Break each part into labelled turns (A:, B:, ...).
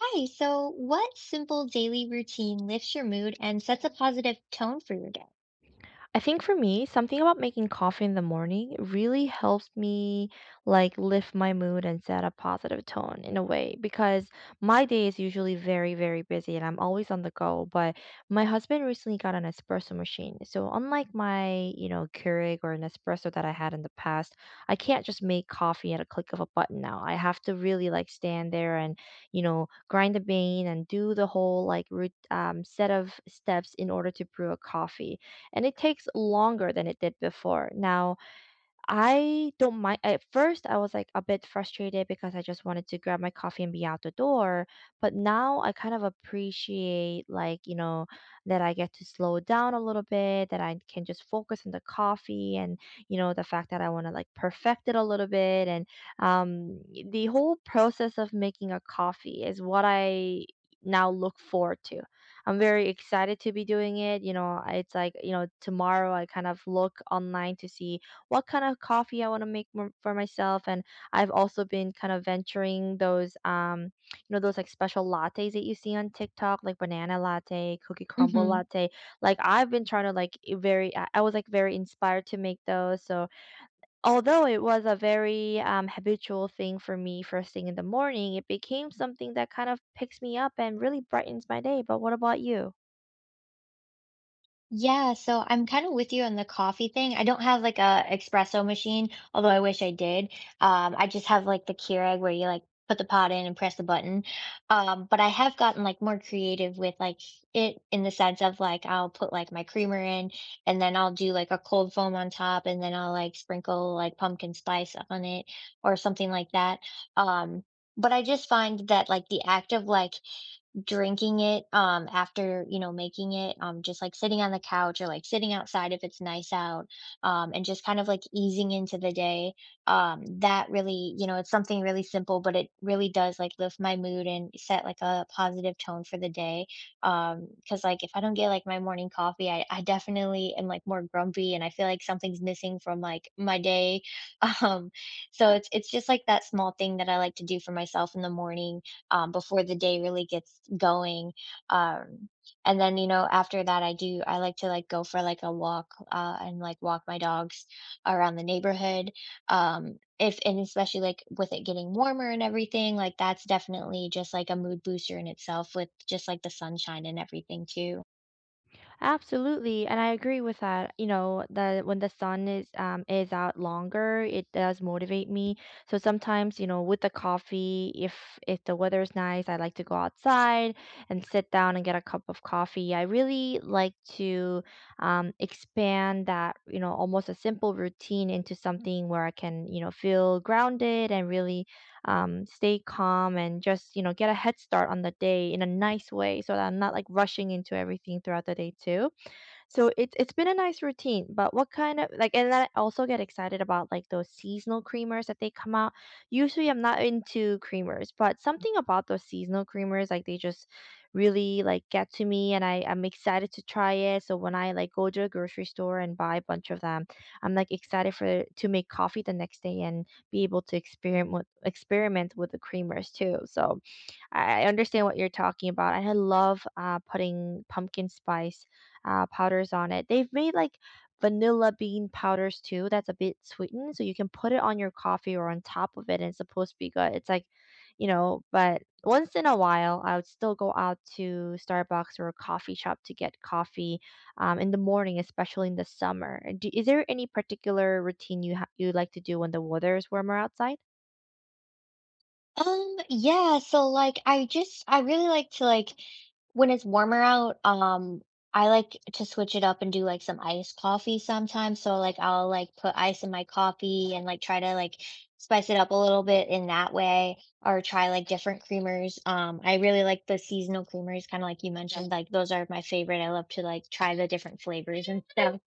A: Hi, so what simple daily routine lifts your mood and sets a positive tone for your day?
B: I think for me, something about making coffee in the morning really helps me like lift my mood and set a positive tone in a way because my day is usually very, very busy and I'm always on the go. But my husband recently got an espresso machine. So unlike my, you know, Keurig or an espresso that I had in the past, I can't just make coffee at a click of a button now. I have to really like stand there and, you know, grind the bean and do the whole like root set of steps in order to brew a coffee and it takes longer than it did before. Now, I don't mind at first, I was, like, a bit frustrated because I just wanted to grab my coffee and be out the door, but now I kind of appreciate, like, you know, that I get to slow down a little bit, that I can just focus on the coffee and, you know, the fact that I wanna, like, perfect it a little bit, and, um, the whole process of making a coffee is what I now look forward to. I'm very excited to be doing it, you know, it's, like, you know, tomorrow I kind of look online to see what kind of coffee I want to make for myself. And I've also been kind of venturing those, you know, those like special lattes that you see on TikTok, like banana latte, cookie crumble latte. Like I've been trying to very, I was like very inspired to make those. So although it was a very habitual thing for me first thing in the morning, it became something that kind of picks me up and really brightens my day. But what about you?
A: Yeah, so I'm kind of with you on the coffee thing. I don't have like a espresso machine, although I wish I did. I just have like the Keurig where you like put the pot in and press the button. But I have gotten like more creative with like it in the sense of like I'll put like my creamer in and then I'll do like a cold foam on top and then I'll like sprinkle like pumpkin spice on it or something like that. Um, but I just find that like the act of like drinking it, after, making it, just, like, sitting on the couch or, like, sitting outside if it's nice out, and just kind of, like, easing into the day, that really, it's something really simple, but it really does, like, lift my mood and set, like, a positive tone for the day. Because like, if I don't get, like, my morning coffee, I definitely am, like, more grumpy, and I feel like something's missing from, like, my day. um, so it's just, like, that small thing that I like to do for myself in the morning, before the day really gets going. Um, and then after that I like to like go for like a walk, and like walk my dogs around the neighborhood. If and especially like with it getting warmer and everything, like that's definitely just like a mood booster in itself with just like the sunshine and everything too.
B: Absolutely, and I agree with that. You know, that when the sun is out longer, it does motivate me. So sometimes, you know, with the coffee, if the weather is nice, I like to go outside and sit down and get a cup of coffee. I really like to expand that, you know, almost a simple routine into something where I can, you know, feel grounded and really stay calm and just you know get a head start on the day in a nice way so that I'm not like rushing into everything throughout the day too. So it's been a nice routine, but what kind of like and then I also get excited about like those seasonal creamers that they come out. Usually I'm not into creamers, but something about those seasonal creamers, like they just really like get to me and I'm excited to try it. So when I like go to a grocery store and buy a bunch of them, I'm like excited for to make coffee the next day and be able to experiment with the creamers too. So I understand what you're talking about. I love putting pumpkin spice powders on it. They've made like vanilla bean powders too. That's a bit sweetened, so you can put it on your coffee or on top of it, and it's supposed to be good. It's like, you know, but once in a while, I would still go out to Starbucks or a coffee shop to get coffee in the morning, especially in the summer. Do, is there any particular routine you you like to do when the weather is warmer outside?
A: Yeah, so, like, I really like to, like when it's warmer out, I like to switch it up and do, like, some iced coffee sometimes, so, like, I'll, like, put ice in my coffee and, like, try to, like, spice it up a little bit in that way or try, like, different creamers. I really like the seasonal creamers, kinda like you mentioned, like, those are my favorite. I love to, like, try the different flavors and stuff.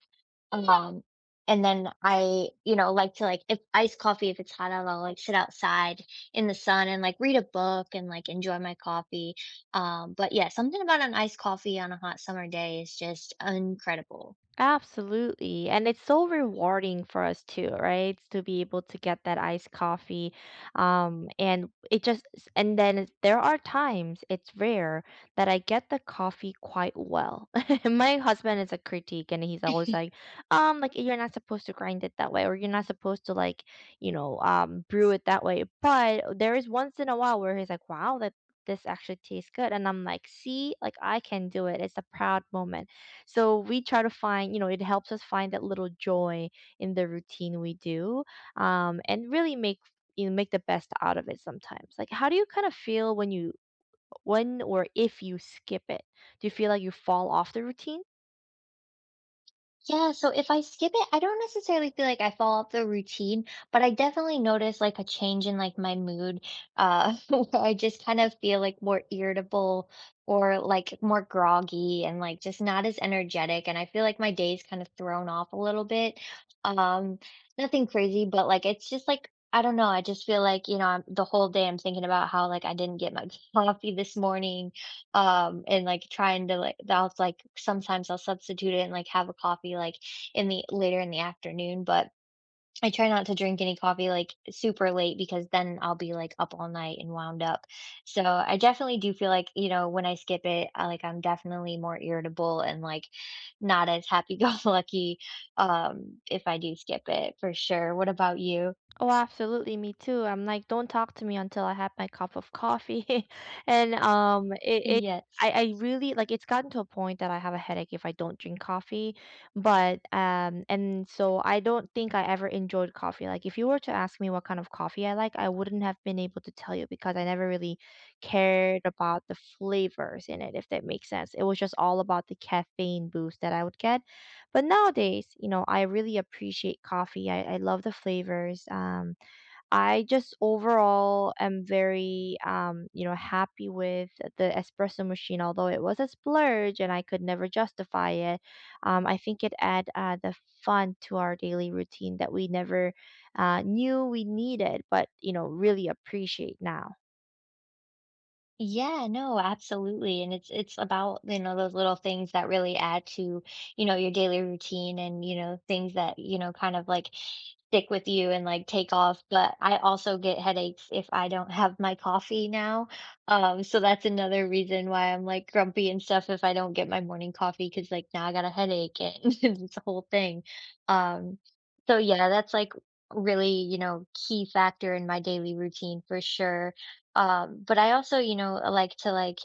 A: Um, and then I, like to, like if iced coffee, if it's hot out, I'll, like, sit outside in the sun and, like, read a book and, like, enjoy my coffee. But yeah, something about an iced coffee on a hot summer day is just incredible.
B: Absolutely. And it's so rewarding for us too, right? To be able to get that iced coffee. And it just, and then there are times, it's rare that I get the coffee quite well. My husband is a critique and he's always like you're not supposed to grind it that way, or you're not supposed to like, you know, brew it that way. But there is once in a while where he's like, wow, that this actually tastes good. And I'm like, see, like I can do it. It's a proud moment, so we try to find, you know, it helps us find that little joy in the routine we do, and really make you know, make the best out of it sometimes. Like, how do you kind of feel when you when or if you skip it? Do you feel like you fall off the routine?
A: Yeah, so if I skip it, I don't necessarily feel like I fall off the routine, but I definitely notice like a change in like my mood, where I just kind of feel like more irritable or like more groggy and like just not as energetic. And I feel like my day's kind of thrown off a little bit. Um, nothing crazy, but like it's just like I don't know. I just feel like, the whole day I'm thinking about how like I didn't get my coffee this morning, and, like, trying to, like sometimes I'll substitute it and, like, have a coffee, like, in the later in the afternoon, but I try not to drink any coffee, like, super late because then I'll be, like, up all night and wound up. So, I definitely do feel like, when I skip it, I'm definitely more irritable and, like, not as happy-go-lucky. If I do skip it, for sure. What about you?
B: Oh, absolutely, me too. I'm like, don't talk to me until I have my cup of coffee. And it,
A: Yeah.
B: I really like it's gotten to a point that I have a headache if I don't drink coffee. But and so I don't think I ever enjoyed coffee. Like if you were to ask me what kind of coffee I like, I wouldn't have been able to tell you because I never really cared about the flavors in it, if that makes sense. It was just all about the caffeine boost that I would get. But nowadays, you know, I really appreciate coffee. I love the flavors. I just overall am very, you know, happy with the espresso machine, although it was a splurge and I could never justify it. I think it add the fun to our daily routine that we never knew we needed, but, you know, really appreciate now.
A: Yeah, no, absolutely. And it's about, those little things that really add to, your daily routine and, things that, kind of like stick with you and like take off. But I also get headaches if I don't have my coffee now. So that's another reason why I'm like grumpy and stuff if I don't get my morning coffee because like now I got a headache and it's a whole thing. Um, so yeah, that's like really, key factor in my daily routine for sure. But I also, like to like,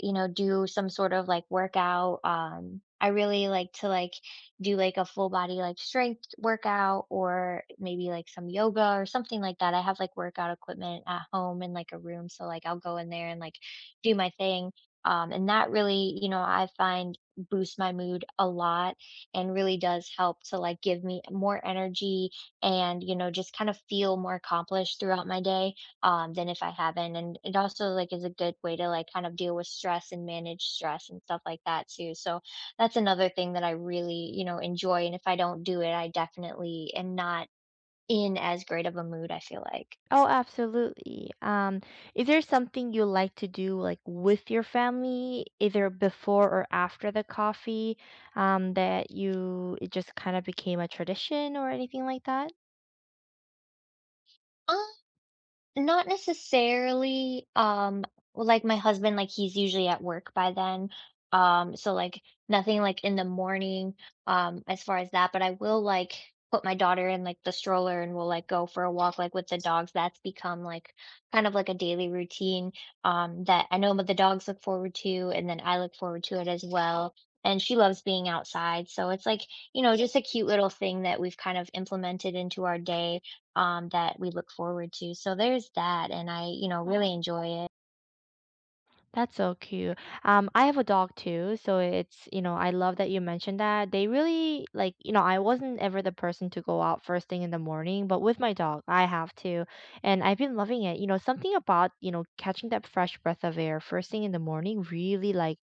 A: do some sort of like workout. I really like to like do like a full body like strength workout or maybe like some yoga or something like that. I have like workout equipment at home in like a room, so like I'll go in there and like do my thing. And that really, I find boosts my mood a lot and really does help to like give me more energy and, just kind of feel more accomplished throughout my day, than if I haven't, and it also, like, is a good way to, like, kind of deal with stress and manage stress and stuff like that too, so that's another thing that I really, enjoy, and if I don't do it, I definitely am not in as great of a mood, I feel like.
B: Oh, absolutely. Is there something you like to do like with your family, either before or after the coffee, that you it just kind of became a tradition or anything like that?
A: Not necessarily, well, like, my husband, like, he's usually at work by then, so, like, nothing, like, in the morning, as far as that, but I will, like, put my daughter in, like, the stroller and we'll, like, go for a walk, like, with the dogs. That's become, like, kind of like a daily routine, that I know what the dogs look forward to, and then I look forward to it as well, and she loves being outside, so it's, like, just a cute little thing that we've kind of implemented into our day, that we look forward to. So there's that, and I, really enjoy it.
B: That's so cute. I have a dog too, so it's, you know, I love that you mentioned that. They really like, you know, I wasn't ever the person to go out first thing in the morning, but with my dog, I have to. And I've been loving it. You know, something about, you know, catching that fresh breath of air first thing in the morning really like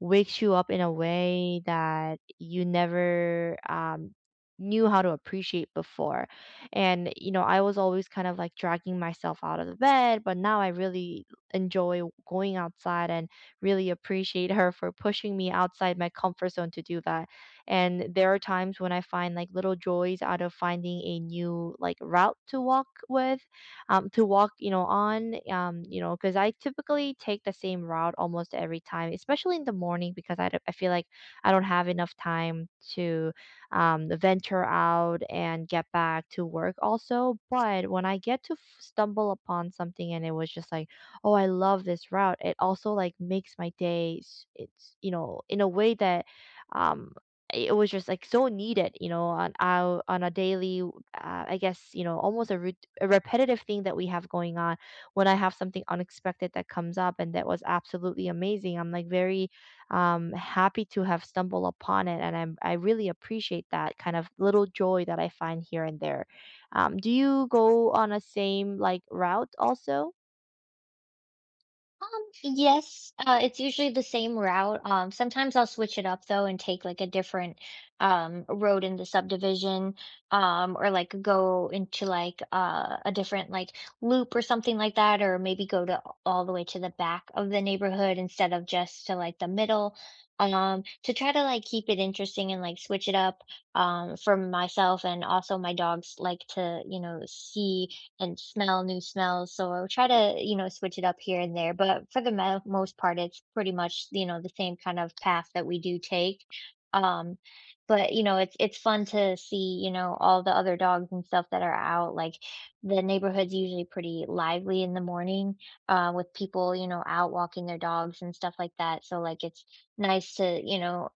B: wakes you up in a way that you never knew how to appreciate before. And, you know, I was always kind of like dragging myself out of the bed, but now I really enjoy going outside and really appreciate her for pushing me outside my comfort zone to do that. And there are times when I find like little joys out of finding a new like route to walk with, to walk, you know, on, you know, because I typically take the same route almost every time, especially in the morning because I feel like I don't have enough time to venture out and get back to work also. But when I get to stumble upon something and it was just like, "Oh, I love this route." It also, like, makes my days it's, you know, in a way that, um, it was just, like, so needed, you know, on our on a daily, I guess, you know, almost a rut a repetitive thing that we have going on. When I have something unexpected that comes up and that was absolutely amazing, I'm, like, very, happy to have stumbled upon it, and I really appreciate that kind of little joy that I find here and there. Do you go on a same, like, route also?
A: Yes, it's usually the same route. Sometimes I'll switch it up though and take like a different road in the subdivision, or like go into like a different like loop or something like that, or maybe go to all the way to the back of the neighborhood instead of just to like the middle. To try to like keep it interesting and like switch it up for myself and also my dogs like to, see and smell new smells. So I'll try to, switch it up here and there. But for the most part, it's pretty much, the same kind of path that we do take. Um, but it's fun to see, all the other dogs and stuff that are out. Like the neighborhood's usually pretty lively in the morning, with people, out walking their dogs and stuff like that. So like it's nice to, you know,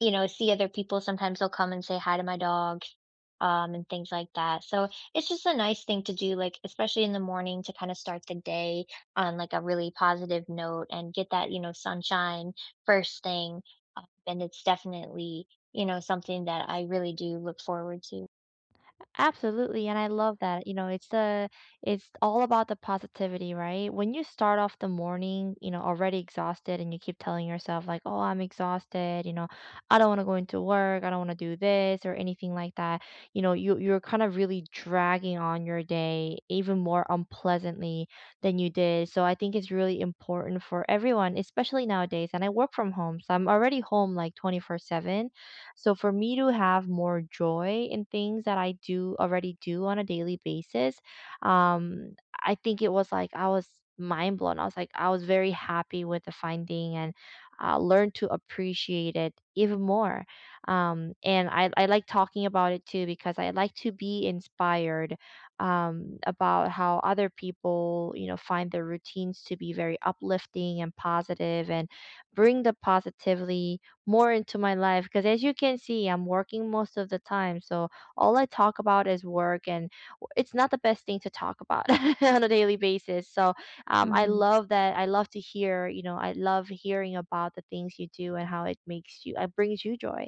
A: you know, see other people. Sometimes they'll come and say hi to my dog, and things like that. So it's just a nice thing to do, like especially in the morning to kind of start the day on like a really positive note and get that, sunshine first thing. And it's definitely, something that I really do look forward to.
B: Absolutely, and I love that. You know, it's the it's all about the positivity, right? When you start off the morning, you know, already exhausted and you keep telling yourself like, "Oh, I'm exhausted," you know, "I don't want to go into work, I don't want to do this or anything like that." You know, you're kind of really dragging on your day even more unpleasantly than you did. So I think it's really important for everyone, especially nowadays. And I work from home, so I'm already home like 24/7. So for me to have more joy in things that I do already do on a daily basis, um, I think it was like I was mind blown. I was like I was very happy with the finding and learned to appreciate it even more. And I like talking about it too because I like to be inspired about how other people, you know, find their routines to be very uplifting and positive and bring the positivity more into my life because as you can see I'm working most of the time, so all I talk about is work and it's not the best thing to talk about on a daily basis, so I
A: Hmm.
B: love that. I love to hear, you know, I love hearing about the things you do and how it brings you joy.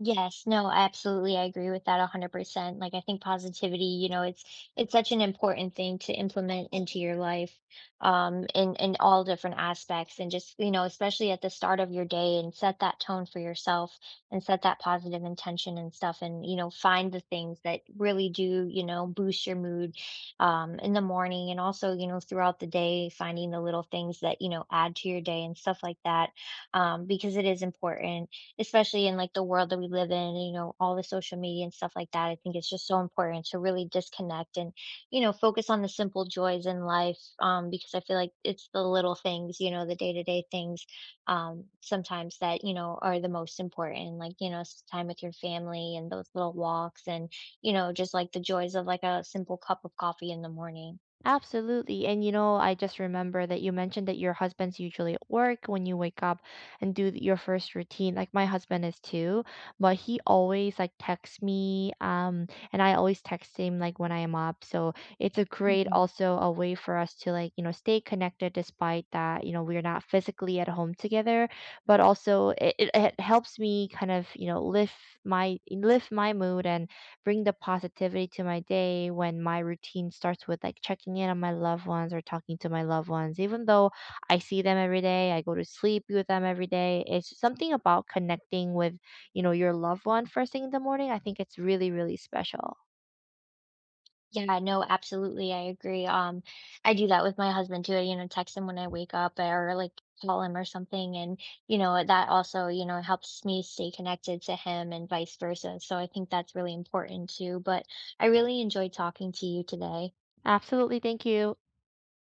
A: Yes, no, absolutely. I agree with that 100%. Like, I think positivity, it's such an important thing to implement into your life, in all different aspects, and just, especially at the start of your day, and set that tone for yourself, and set that positive intention and stuff, and find the things that really do, boost your mood, in the morning, and also, throughout the day, finding the little things that add to your day and stuff like that, because it is important especially in like the world that we live in, all the social media and stuff like that. I think it's just so important to really disconnect and, focus on the simple joys in life, because I feel like it's the little things, the day to day things, sometimes that, are the most important, like, time with your family and those little walks and, just like the joys of like a simple cup of coffee in the morning.
B: Absolutely. And you know, I just remember that you mentioned that your husband's usually at work when you wake up and do your first routine. Like my husband is too, but he always like texts me, and I always text him like when I am up. So it's a great
A: Mhm.
B: also a way for us to like, you know, stay connected despite that, you know, we're not physically at home together, but also it helps me kind of, you know, lift my mood and bring the positivity to my day when my routine starts with like checking in on my loved ones or talking to my loved ones. Even though I see them every day, I go to sleep with them every day. It's something about connecting with, you know, your loved one first thing in the morning. I think it's really, really special.
A: Yeah, no, absolutely, I agree, I do that with my husband too, I, text him when I wake up or, like, call him or something, and, that also, helps me stay connected to him and vice versa, so I think that's really important too, but I really enjoyed talking to you today.
B: Absolutely. Thank you.